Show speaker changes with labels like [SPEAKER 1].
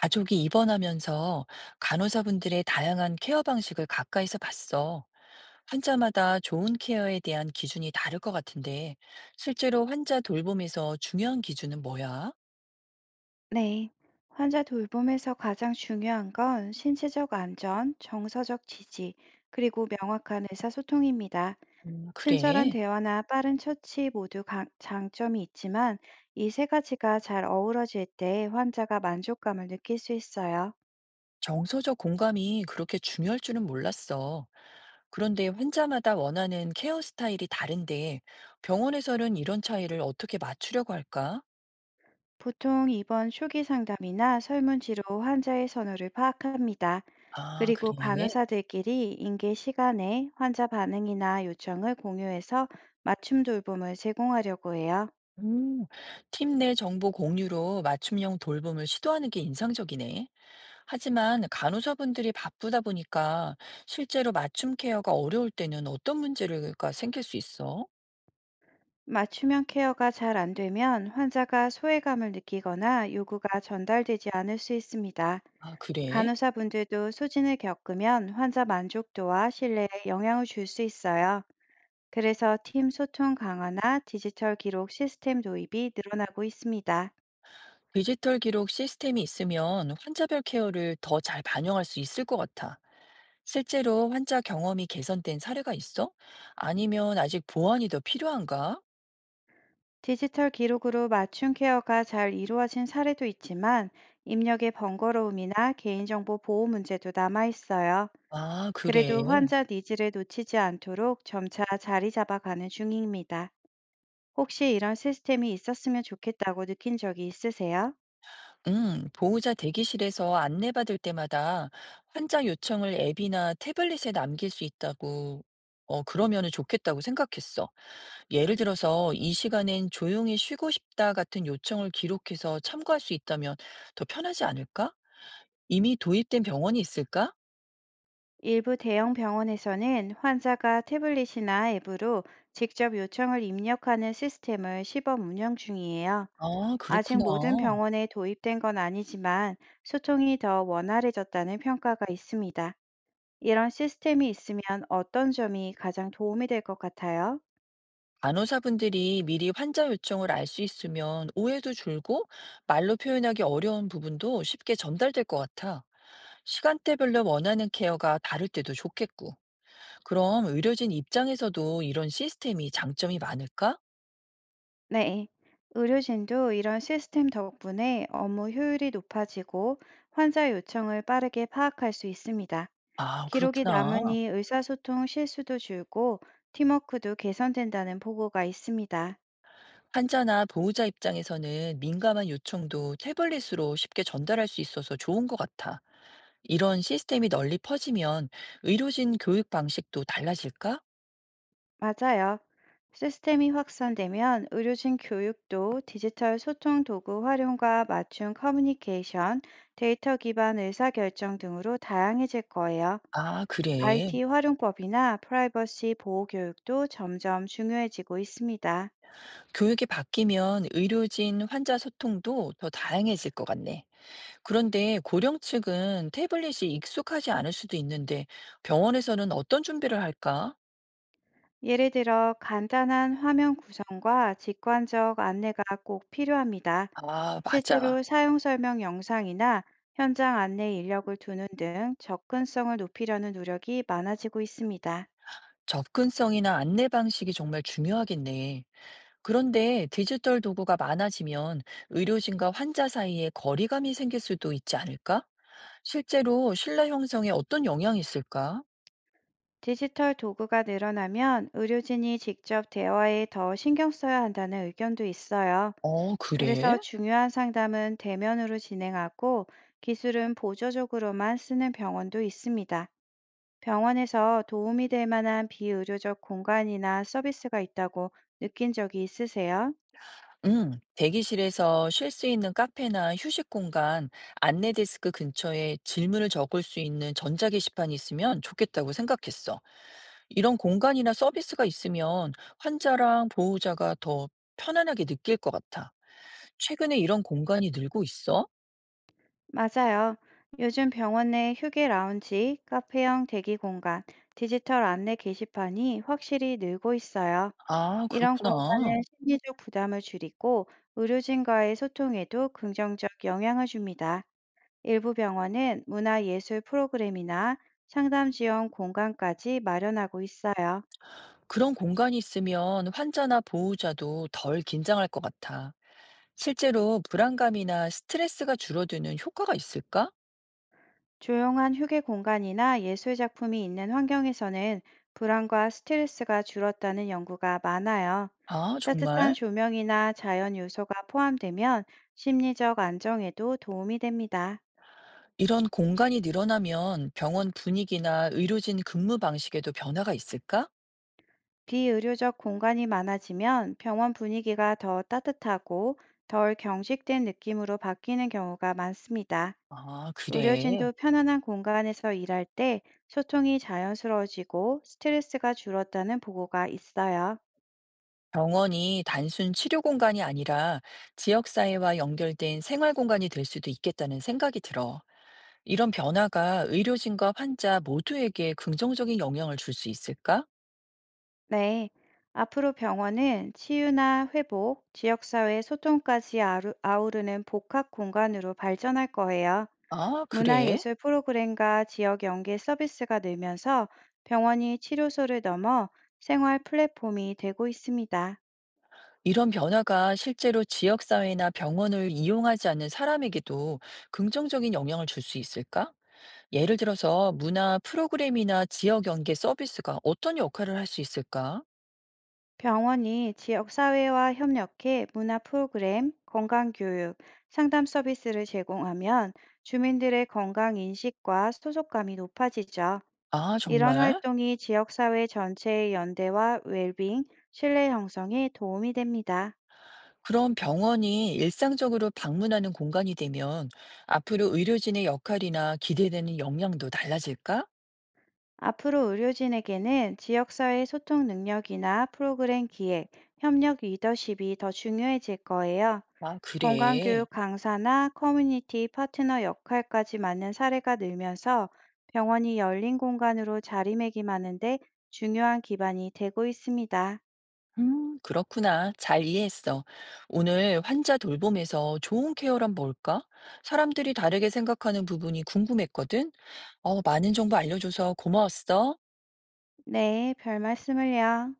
[SPEAKER 1] 가족이 입원하면서 간호사분들의 다양한 케어 방식을 가까이서 봤어. 환자마다 좋은 케어에 대한 기준이 다를 것 같은데, 실제로 환자 돌봄에서 중요한 기준은 뭐야?
[SPEAKER 2] 네. 환자 돌봄에서 가장 중요한 건 신체적 안전, 정서적 지지, 그리고 명확한 의사소통입니다. 친절한
[SPEAKER 1] 그래.
[SPEAKER 2] 대화나 빠른 처치 모두 장점이 있지만 이 세 가지가 잘 어우러질 때 환자가 만족감을 느낄 수 있어요.
[SPEAKER 1] 정서적 공감이 그렇게 중요할 줄은 몰랐어. 그런데 환자마다 원하는 케어 스타일이 다른데, 병원에서는 이런 차이를 어떻게 맞추려고 할까?
[SPEAKER 2] 보통 입원 초기 상담이나 설문지로 환자의 선호를 파악합니다.
[SPEAKER 1] 아,
[SPEAKER 2] 그리고
[SPEAKER 1] 그래.
[SPEAKER 2] 간호사들끼리 인계 시간에 환자 반응이나 요청을 공유해서 맞춤 돌봄을 제공하려고 해요.
[SPEAKER 1] 음, 팀 내 정보 공유로 맞춤형 돌봄을 시도하는 게 인상적이네. 하지만 간호사분들이 바쁘다 보니까 실제로 맞춤 케어가 어려울 때는 어떤 문제가 생길 수 있어?
[SPEAKER 2] 맞춤형 케어가 잘 안 되면 환자가 소외감을 느끼거나 요구가 전달되지 않을 수 있습니다.
[SPEAKER 1] 아, 그래?
[SPEAKER 2] 간호사분들도 소진을 겪으면 환자 만족도와 신뢰에 영향을 줄 수 있어요. 그래서 팀 소통 강화나 디지털 기록 시스템 도입이 늘어나고 있습니다.
[SPEAKER 1] 디지털 기록 시스템이 있으면 환자별 케어를 더 잘 반영할 수 있을 것 같아. 실제로 환자 경험이 개선된 사례가 있어? 아니면 아직 보완이 더 필요한가?
[SPEAKER 2] 디지털 기록으로 맞춤 케어가 잘 이루어진 사례도 있지만 입력의 번거로움이나 개인정보 보호 문제도 남아 있어요.
[SPEAKER 1] 아, 그래.
[SPEAKER 2] 그래도 환자 니즈를 놓치지 않도록 점차 자리 잡아가는 중입니다. 혹시 이런 시스템이 있었으면 좋겠다고 느낀 적이 있으세요?
[SPEAKER 1] 보호자 대기실에서 안내받을 때마다 환자 요청을 앱이나 태블릿에 남길 수 있다고, 그러면은 좋겠다고 생각했어. 예를 들어서 "이 시간엔 조용히 쉬고 싶다." 같은 요청을 기록해서 참고할 수 있다면 더 편하지 않을까? 이미 도입된 병원이 있을까?
[SPEAKER 2] 일부 대형 병원에서는 환자가 태블릿이나 앱으로 직접 요청을 입력하는 시스템을 시범 운영 중이에요.
[SPEAKER 1] 아,
[SPEAKER 2] 아직
[SPEAKER 1] 그렇구나.
[SPEAKER 2] 모든 병원에 도입된 건 아니지만 소통이 더 원활해졌다는 평가가 있습니다. 이런 시스템이 있으면 어떤 점이 가장 도움이 될 것 같아요?
[SPEAKER 1] 간호사분들이 미리 환자 요청을 알 수 있으면 오해도 줄고 말로 표현하기 어려운 부분도 쉽게 전달될 것 같아. 시간대별로 원하는 케어가 다를 때도 좋겠고. 그럼 의료진 입장에서도 이런 시스템이 장점이 많을까?
[SPEAKER 2] 네. 의료진도 이런 시스템 덕분에 업무 효율이 높아지고 환자 요청을 빠르게 파악할 수 있습니다.
[SPEAKER 1] 아,
[SPEAKER 2] 기록이
[SPEAKER 1] 그렇구나.
[SPEAKER 2] 남으니 의사소통 실수도 줄고 팀워크도 개선된다는 보고가 있습니다.
[SPEAKER 1] 환자나 보호자 입장에서는 민감한 요청도 태블릿으로 쉽게 전달할 수 있어서 좋은 것 같아. 이런 시스템이 널리 퍼지면 의료진 교육 방식도 달라질까?
[SPEAKER 2] 맞아요. 시스템이 확산되면 의료진 교육도 디지털 소통 도구 활용과 맞춤 커뮤니케이션, 데이터 기반 의사결정 등으로 다양해질 거예요.
[SPEAKER 1] 아, 그래.
[SPEAKER 2] IT 활용법이나 프라이버시 보호 교육도 점점 중요해지고 있습니다.
[SPEAKER 1] 교육이 바뀌면 의료진 환자 소통도 더 다양해질 것 같네. 그런데 고령 측은 태블릿이 익숙하지 않을 수도 있는데 병원에서는 어떤 준비를 할까?
[SPEAKER 2] 예를 들어 간단한 화면 구성과 직관적 안내가 꼭 필요합니다.
[SPEAKER 1] 아, 맞아.
[SPEAKER 2] 실제로 사용 설명 영상이나 현장 안내 인력을 두는 등 접근성을 높이려는 노력이 많아지고 있습니다.
[SPEAKER 1] 접근성이나 안내 방식이 정말 중요하겠네. 그런데 디지털 도구가 많아지면 의료진과 환자 사이에 거리감이 생길 수도 있지 않을까? 실제로 신뢰 형성에 어떤 영향이 있을까?
[SPEAKER 2] 디지털 도구가 늘어나면 의료진이 직접 대화에 더 신경 써야 한다는 의견도 있어요.
[SPEAKER 1] 어, 그래.
[SPEAKER 2] 그래서 중요한 상담은 대면으로 진행하고 기술은 보조적으로만 쓰는 병원도 있습니다. 병원에서 도움이 될 만한 비의료적 공간이나 서비스가 있다고 느낀 적이 있으세요?
[SPEAKER 1] 대기실에서 쉴 수 있는 카페나 휴식 공간, 안내 데스크 근처에 질문을 적을 수 있는 전자 게시판이 있으면 좋겠다고 생각했어. 이런 공간이나 서비스가 있으면 환자랑 보호자가 더 편안하게 느낄 것 같아. 최근에 이런 공간이 늘고 있어?
[SPEAKER 2] 맞아요. 요즘 병원 내 휴게 라운지, 카페형 대기 공간, 디지털 안내 게시판이 확실히 늘고 있어요.
[SPEAKER 1] 아,
[SPEAKER 2] 이런
[SPEAKER 1] 그렇구나.
[SPEAKER 2] 공간은 심리적 부담을 줄이고 의료진과의 소통에도 긍정적 영향을 줍니다. 일부 병원은 문화예술 프로그램이나 상담 지원 공간까지 마련하고 있어요.
[SPEAKER 1] 그런 공간이 있으면 환자나 보호자도 덜 긴장할 것 같아. 실제로 불안감이나 스트레스가 줄어드는 효과가 있을까?
[SPEAKER 2] 조용한 휴게 공간이나 예술 작품이 있는 환경에서는 불안과 스트레스가 줄었다는 연구가 많아요.
[SPEAKER 1] 아,
[SPEAKER 2] 따뜻한
[SPEAKER 1] 정말?
[SPEAKER 2] 조명이나 자연 요소가 포함되면 심리적 안정에도 도움이 됩니다.
[SPEAKER 1] 이런 공간이 늘어나면 병원 분위기나 의료진 근무 방식에도 변화가 있을까?
[SPEAKER 2] 비의료적 공간이 많아지면 병원 분위기가 더 따뜻하고 덜 경직된 느낌으로 바뀌는 경우가 많습니다.
[SPEAKER 1] 아, 그래.
[SPEAKER 2] 의료진도 편안한 공간에서 일할 때 소통이 자연스러워지고 스트레스가 줄었다는 보고가 있어요.
[SPEAKER 1] 병원이 단순 치료 공간이 아니라 지역사회와 연결된 생활 공간이 될 수도 있겠다는 생각이 들어. 이런 변화가 의료진과 환자 모두에게 긍정적인 영향을 줄 수 있을까?
[SPEAKER 2] 네. 앞으로 병원은 치유나 회복, 지역사회 소통까지 아우르는 복합 공간으로 발전할 거예요.
[SPEAKER 1] 아, 그래.
[SPEAKER 2] 문화예술 프로그램과 지역 연계 서비스가 늘면서 병원이 치료소를 넘어 생활 플랫폼이 되고 있습니다.
[SPEAKER 1] 이런 변화가 실제로 지역사회나 병원을 이용하지 않는 사람에게도 긍정적인 영향을 줄 수 있을까? 예를 들어서 문화 프로그램이나 지역 연계 서비스가 어떤 역할을 할 수 있을까?
[SPEAKER 2] 병원이 지역사회와 협력해 문화 프로그램, 건강교육, 상담 서비스를 제공하면 주민들의 건강 인식과 소속감이 높아지죠.
[SPEAKER 1] 아,
[SPEAKER 2] 이런
[SPEAKER 1] 정말?
[SPEAKER 2] 활동이 지역사회 전체의 연대와 웰빙, 신뢰 형성에 도움이 됩니다.
[SPEAKER 1] 그럼 병원이 일상적으로 방문하는 공간이 되면 앞으로 의료진의 역할이나 기대되는 역량도 달라질까?
[SPEAKER 2] 앞으로 의료진에게는 지역사회 소통 능력이나 프로그램 기획, 협력 리더십이 더 중요해질 거예요.
[SPEAKER 1] 아, 그래.
[SPEAKER 2] 건강교육 강사나 커뮤니티 파트너 역할까지 맡는 사례가 늘면서 병원이 열린 공간으로 자리매김하는데 중요한 기반이 되고 있습니다.
[SPEAKER 1] 그렇구나. 잘 이해했어. 오늘 환자 돌봄에서 좋은 케어란 뭘까? 사람들이 다르게 생각하는 부분이 궁금했거든. 어, 많은 정보 알려줘서 고마웠어.
[SPEAKER 2] 네, 별 말씀을요.